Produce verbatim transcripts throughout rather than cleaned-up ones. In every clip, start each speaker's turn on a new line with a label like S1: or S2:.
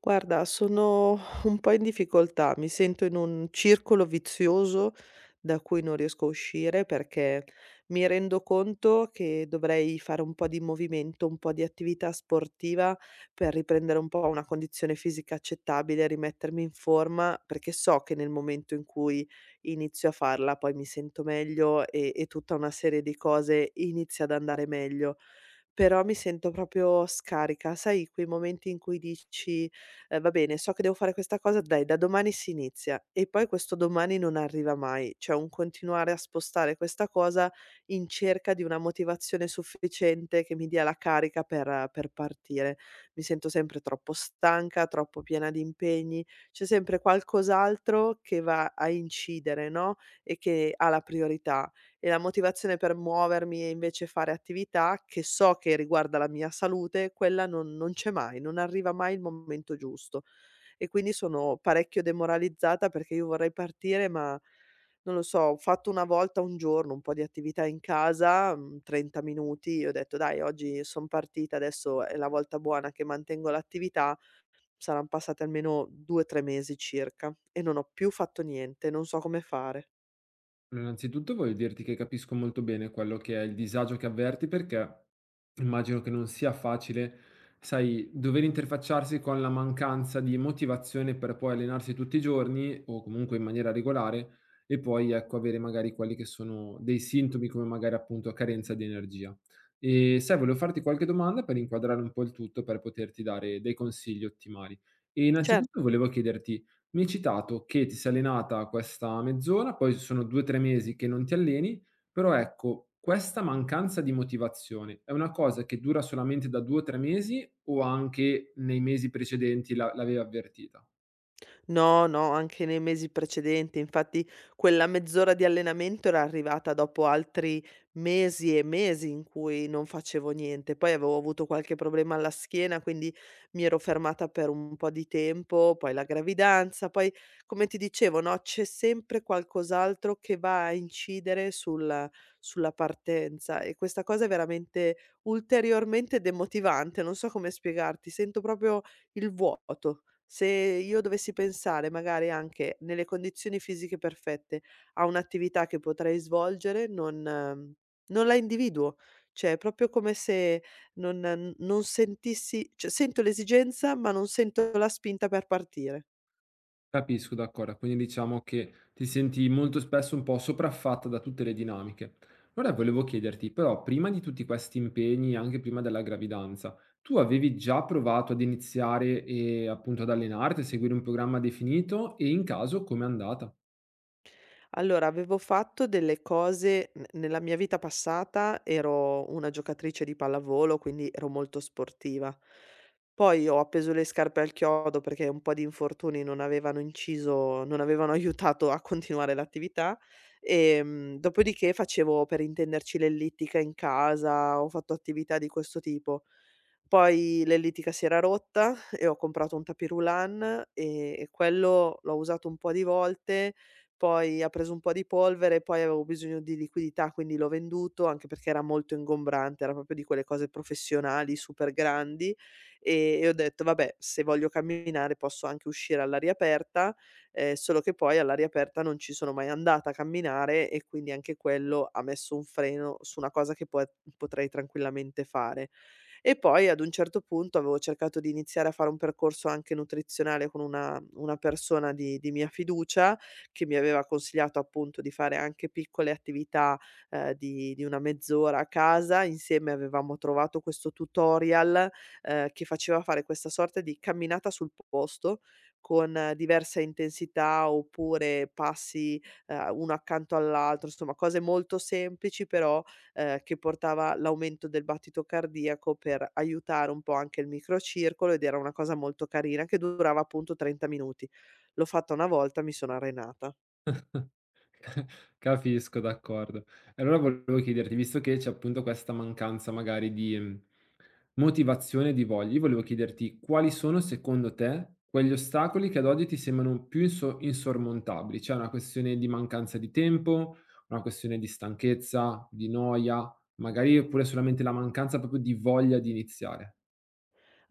S1: Guarda, sono un po' in difficoltà, mi sento in un circolo vizioso da cui non riesco a uscire perché mi rendo conto che dovrei fare un po' di movimento, un po' di attività sportiva per riprendere un po' una condizione fisica accettabile, rimettermi in forma, perché so che nel momento in cui inizio a farla poi mi sento meglio e, e tutta una serie di cose inizia ad andare meglio, però mi sento proprio scarica. Sai quei momenti in cui dici: "Ehm, va bene, so che devo fare questa cosa, dai, da domani si inizia." E poi questo domani non arriva mai. C'è un continuare a spostare questa cosa in cerca di una motivazione sufficiente che mi dia la carica per per partire. Mi sento sempre troppo stanca, troppo piena di impegni, c'è sempre qualcos'altro che va a incidere, no, e che ha la priorità. E la motivazione per muovermi e invece fare attività che so che riguarda la mia salute, quella non non c'è mai, non arriva mai il momento giusto. E quindi sono parecchio demoralizzata perché io vorrei partire, ma non lo so, ho fatto una volta un giorno un po' di attività in casa, mhmm, trenta minuti, ho detto: "Dai, oggi son partita, adesso è la volta buona che mantengo l'attività." Saran passati almeno due, tre mesi circa e non ho più fatto niente, non so come fare.
S2: Allora, innanzitutto voglio dirti che capisco molto bene quello che è il disagio che avverti perché immagino che non sia facile, sai, dover interfacciarsi con la mancanza di motivazione per poi allenarsi tutti i giorni o comunque in maniera regolare e poi ecco avere magari quelli che sono dei sintomi come magari appunto carenza di energia. E sai, volevo farti qualche domanda per inquadrare un po' il tutto per poterti dare dei consigli ottimali. E innanzitutto
S1: Certo.
S2: volevo chiederti, mi hai citato che ti sei allenata questa mezz'ora, poi sono due, tre mesi che non ti alleni, però ecco, questa mancanza di motivazione è una cosa che dura solamente da due o tre mesi o anche nei mesi precedenti la l'avevi avvertita?
S1: No, no, anche nei mesi precedenti. Infatti quella mezz'ora di allenamento era arrivata dopo altri mesi e mesi in cui non facevo niente. Poi avevo avuto qualche problema alla schiena, quindi mi ero fermata per un po' di tempo, poi la gravidanza, poi, come ti dicevo, no, c'è sempre qualcos'altro che va a incidere sulla, sulla partenza, e questa cosa è veramente ulteriormente demotivante. Non so come spiegarti, sento proprio il vuoto. Se io dovessi pensare magari anche nelle condizioni fisiche perfette a un'attività che potrei svolgere, non ehm, non la individuo. Cioè è proprio come se non non sentissi, cioè sento l'esigenza, ma non sento la spinta per partire.
S2: Capisco, d'accordo. Quindi diciamo che ti senti molto spesso un po' sopraffatta da tutte le dinamiche. Ora volevo chiederti, però, prima di tutti questi impegni, anche prima della gravidanza, tu avevi già provato ad iniziare e appunto ad allenarti, a seguire un programma definito e in caso com'è andata?
S1: Allora, avevo fatto delle cose, n nella mia vita passata ero una giocatrice di pallavolo, quindi ero molto sportiva. Poi ho appeso le scarpe al chiodo perché un po' di infortuni non avevano inciso, non avevano aiutato a continuare l'attività, ehm, dopodiché facevo, per intenderci, l'ellittica in casa, ho fatto attività di questo tipo. Poi l'ellittica si era rotta e ho comprato un tapis roulant, e e quello l'ho usato un po' di volte, poi ha preso un po' di polvere, poi avevo bisogno di liquidità, quindi l'ho venduto, anche perché era molto ingombrante, era proprio di quelle cose professionali super grandi, e e ho detto: "Vabbè, se voglio camminare posso anche uscire all'aria aperta", ehm, solo che poi all'aria aperta non ci sono mai andata a camminare, e quindi anche quello ha messo un freno su una cosa che poi potrei tranquillamente fare. E poi ad un certo punto avevo cercato di iniziare a fare un percorso anche nutrizionale con una una persona di di mia fiducia, che mi aveva consigliato appunto di fare anche piccole attività, ehm, di di una mezz'ora a casa. Insieme avevamo trovato questo tutorial, ehm, che faceva fare questa sorta di camminata sul posto con eh, diversa intensità oppure passi, ehm, uno accanto all'altro, insomma cose molto semplici, però, ehm, che portava l'aumento del battito cardiaco per aiutare un po' anche il microcircolo, ed era una cosa molto carina che durava appunto trenta minuti. L'ho fatta una volta, mi sono arenata.
S2: Capisco, d'accordo. E allora volevo chiederti, visto che c'è appunto questa mancanza magari di mh, motivazione e di voglia, io volevo chiederti quali sono secondo te quegli ostacoli che ad oggi ti sembrano più inso- insormontabili? C'è una questione di mancanza di tempo, una questione di stanchezza, di noia, magari oppure solamente la mancanza proprio di voglia di iniziare?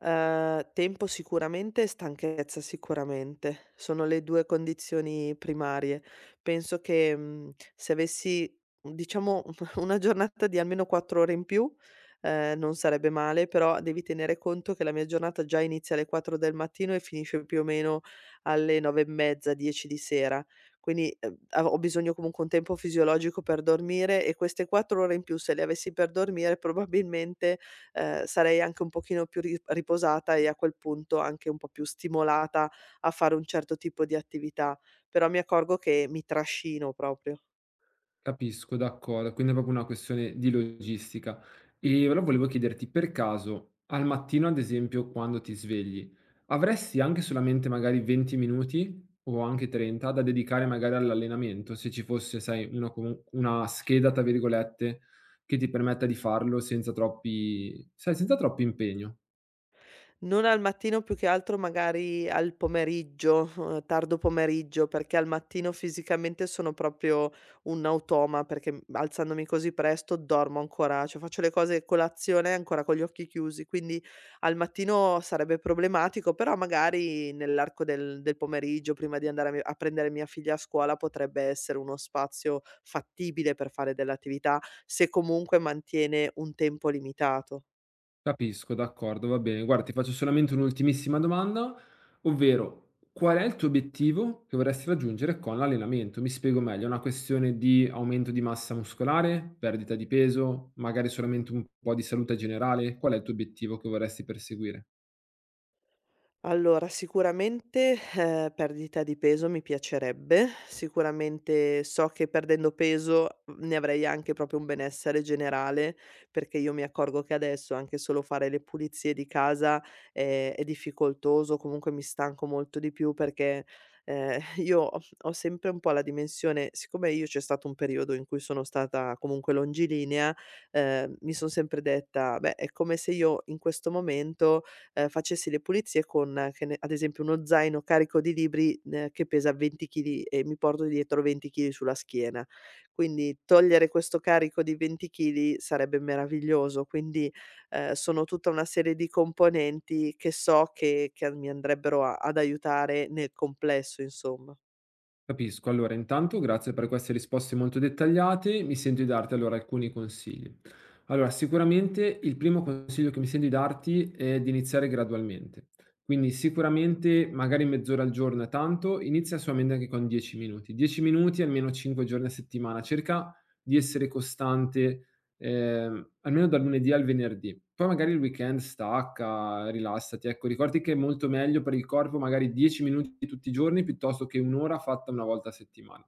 S1: Ehm, tempo sicuramente e stanchezza sicuramente. Sono le due condizioni primarie. Penso che, mhmm, se avessi, diciamo, una giornata di almeno quattro ore in più, ehm, non sarebbe male, però devi tenere conto che la mia giornata già inizia alle quattro del mattino e finisce più o meno alle nove e mezza, dieci di sera. Quindi, ehm, av ho bisogno comunque un tempo fisiologico per dormire, e queste quattro ore in più, se le avessi per dormire, probabilmente, ehm, sarei anche un pochino più ri riposata, e a quel punto anche un po' più stimolata a fare un certo tipo di attività, però mi accorgo che mi trascino proprio.
S2: Capisco, d'accordo. Quindi è proprio una questione di logistica. E allora volevo chiederti, per caso, al mattino, ad esempio, quando ti svegli, avresti anche solamente magari venti minuti o anche trenta da dedicare magari all'allenamento, se ci fosse, sai, una, comu- una scheda, tra virgolette, che ti permetta di farlo senza troppi, sai, senza troppo impegno?
S1: Non al mattino, più che altro magari al pomeriggio, uhm, tardo pomeriggio, perché al mattino fisicamente sono proprio un automa, perché, mhmm, alzandomi così presto dormo ancora, cioè faccio le cose, colazione ancora con gli occhi chiusi, quindi al mattino sarebbe problematico, però magari nell'arco del del pomeriggio prima di andare a mi a prendere mia figlia a scuola potrebbe essere uno spazio fattibile per fare dell'attività, se comunque mantiene un tempo limitato.
S2: Capisco, d'accordo, va bene. Guarda, ti faccio solamente un'ultimissima domanda, ovvero qual è il tuo obiettivo che vorresti raggiungere con l'allenamento? Mi spiego meglio, è una questione di aumento di massa muscolare, perdita di peso, magari solamente un po' di salute generale? Qual è il tuo obiettivo che vorresti perseguire?
S1: Allora, sicuramente, ehm, perdita di peso mi piacerebbe, sicuramente so che perdendo peso, mhmm, ne avrei anche proprio un benessere generale, perché io mi accorgo che adesso anche solo fare le pulizie di casa è è difficoltoso, comunque mi stanco molto di più, perché, ehm, io ho ho sempre un po' la dimensione, siccome io, c'è stato un periodo in cui sono stata comunque longilinea, ehm, mi son sempre detta: "Beh, è come se io in questo momento, ehm, facessi le pulizie con, eh, che ne, ad esempio, uno zaino carico di libri, ehm, che pesa venti chili, e mi porto dietro venti chili sulla schiena. Quindi togliere questo carico di venti chili sarebbe meraviglioso, quindi, ehm, sono tutta una serie di componenti che so che che a mi andrebbero a ad aiutare nel complesso, insomma.
S2: Capisco. Allora, intanto grazie per queste risposte molto dettagliate. Mi sento di darti allora alcuni consigli. Allora, sicuramente il primo consiglio che mi sento di darti è di iniziare gradualmente. Quindi sicuramente magari mezz'ora al giorno è tanto, inizia solamente anche con dieci minuti. dieci minuti almeno cinque giorni a settimana. Cerca di essere costante ehm, almeno dal lunedì al venerdì. Poi magari il weekend stacca, rilassati. Ecco, ricordati che è molto meglio per il corpo magari dieci minuti tutti i giorni piuttosto che un ora fatta una volta a settimana.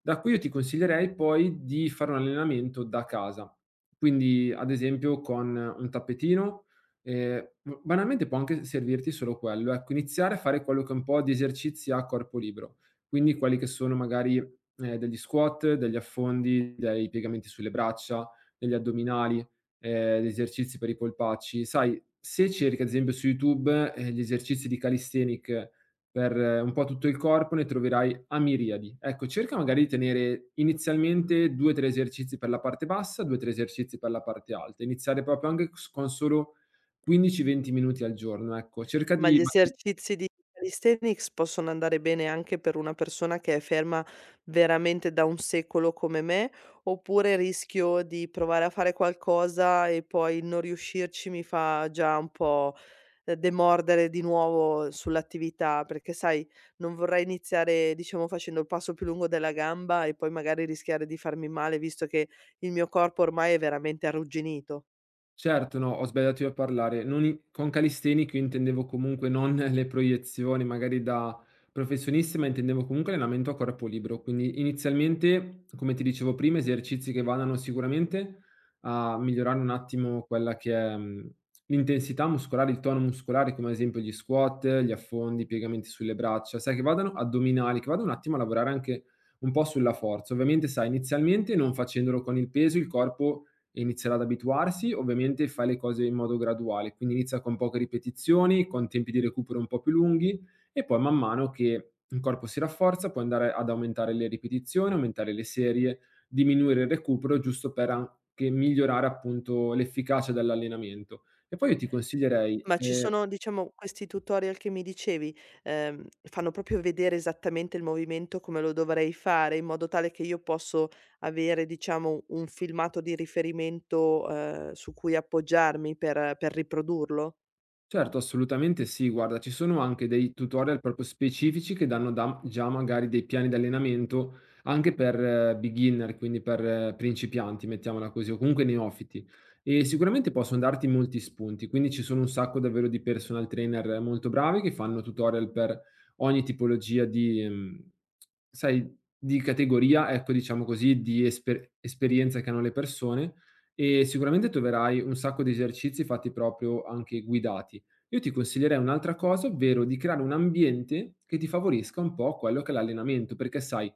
S2: Da qui io ti consiglierei poi di fare un allenamento da casa. Quindi ad esempio con un tappetino, ehm, b banalmente può anche servirti solo quello, ecco, iniziare a fare quello che è un po' di esercizi a corpo libero. Quindi quelli che sono magari, ehm, degli squat, degli affondi, dei piegamenti sulle braccia, degli addominali, ehm, gli esercizi per i polpacci. Sai, se cerchi ad esempio su YouTube, ehm, gli esercizi di calisthenic per eh, un po' tutto il corpo, ne troverai a miriadi. Ecco, cerca magari di tenere inizialmente due, tre esercizi per la parte bassa, due, tre esercizi per la parte alta. Iniziare proprio anche s con solo quindici, venti minuti al giorno, ecco. Cerca
S1: Ma gli
S2: di ma.
S1: esercizi di calisthenics possono andare bene anche per una persona che è ferma veramente da un secolo come me, oppure rischio di provare a fare qualcosa e poi non riuscirci mi fa già un po', ehm, demordere di nuovo sull'attività, perché sai, non vorrei iniziare, diciamo, facendo il passo più lungo della gamba e poi magari rischiare di farmi male, visto che il mio corpo ormai è veramente arrugginito.
S2: Certo, no, ho sbagliato io a parlare. Non i con calisthenics io intendevo comunque non le proiezioni magari da professionisti, ma intendevo comunque allenamento a corpo libero. Quindi inizialmente, come ti dicevo prima, esercizi che vadano sicuramente a migliorare un attimo quella che è, mhmm, l'intensità muscolare, il tono muscolare, come ad esempio gli squat, gli affondi, i piegamenti sulle braccia, sai che vadano addominali, che vadano un attimo a lavorare anche un po' sulla forza. Ovviamente sai, inizialmente non facendolo con il peso, il corpo e inizierà ad abituarsi, ovviamente fai le cose in modo graduale, quindi inizia con poche ripetizioni, con tempi di recupero un po' più lunghi e poi man mano che il corpo si rafforza puoi andare ad aumentare le ripetizioni, aumentare le serie, diminuire il recupero giusto per anche migliorare appunto l'efficacia dell'allenamento. E poi io ti consiglierei,
S1: Ma ci
S2: ehm
S1: sono, diciamo, questi tutorial che mi dicevi, ehm, fanno proprio vedere esattamente il movimento come lo dovrei fare, in modo tale che io posso avere, diciamo, un filmato di riferimento, ehm, su cui appoggiarmi per per riprodurlo?
S2: Certo, assolutamente sì. Guarda, ci sono anche dei tutorial proprio specifici che danno da- già magari dei piani di allenamento anche per eh, beginner, quindi per eh, principianti, mettiamola così, o comunque neofiti. E sicuramente possono darti molti spunti. Quindi ci sono un sacco davvero di personal trainer molto bravi che fanno tutorial per ogni tipologia di, ehm, sai, di categoria, ecco, diciamo così, di esper- esperienza che hanno le persone. E sicuramente troverai un sacco di esercizi fatti proprio anche guidati. Io ti consiglierei un'altra cosa, ovvero di creare un ambiente che ti favorisca un po' quello che è l'allenamento, perché sai,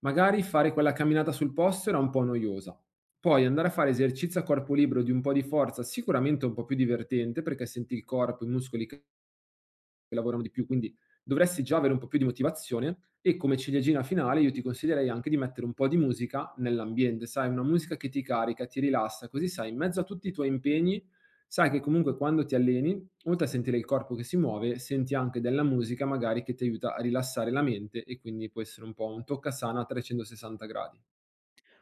S2: magari fare quella camminata sul posto era un po' noiosa. Poi andare a fare esercizio a corpo libero di un po' di forza, sicuramente è un po' più divertente perché senti il corpo, i muscoli che che lavorano di più, quindi dovresti già avere un po' più di motivazione e come ciliegina finale io ti consiglierei anche di mettere un po' di musica nell'ambiente, sai, una musica che ti carica, ti rilassa, così sai, in mezzo a tutti i tuoi impegni, sai che comunque quando ti alleni, oltre a sentire il corpo che si muove, senti anche della musica magari che ti aiuta a rilassare la mente e quindi può essere un po' un toccasana a trecentosessanta gradi.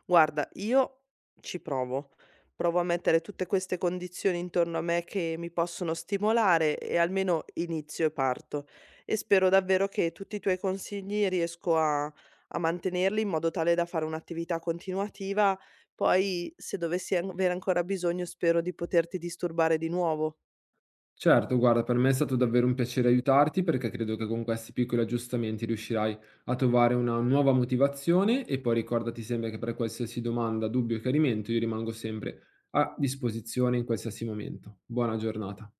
S1: Guarda, io ci provo. Provo a mettere tutte queste condizioni intorno a me che mi possono stimolare e almeno inizio e parto. E spero davvero che tutti i tuoi consigli riesco a, a mantenerli in modo tale da fare un'attività continuativa. Poi, se dovessi an- avere ancora bisogno, spero di poterti disturbare di nuovo.
S2: Certo, guarda, per me è stato davvero un piacere aiutarti perché credo che con questi piccoli aggiustamenti riuscirai a trovare una nuova motivazione e poi ricordati sempre che per qualsiasi domanda, dubbio o chiarimento io rimango sempre a disposizione in qualsiasi momento. Buona giornata.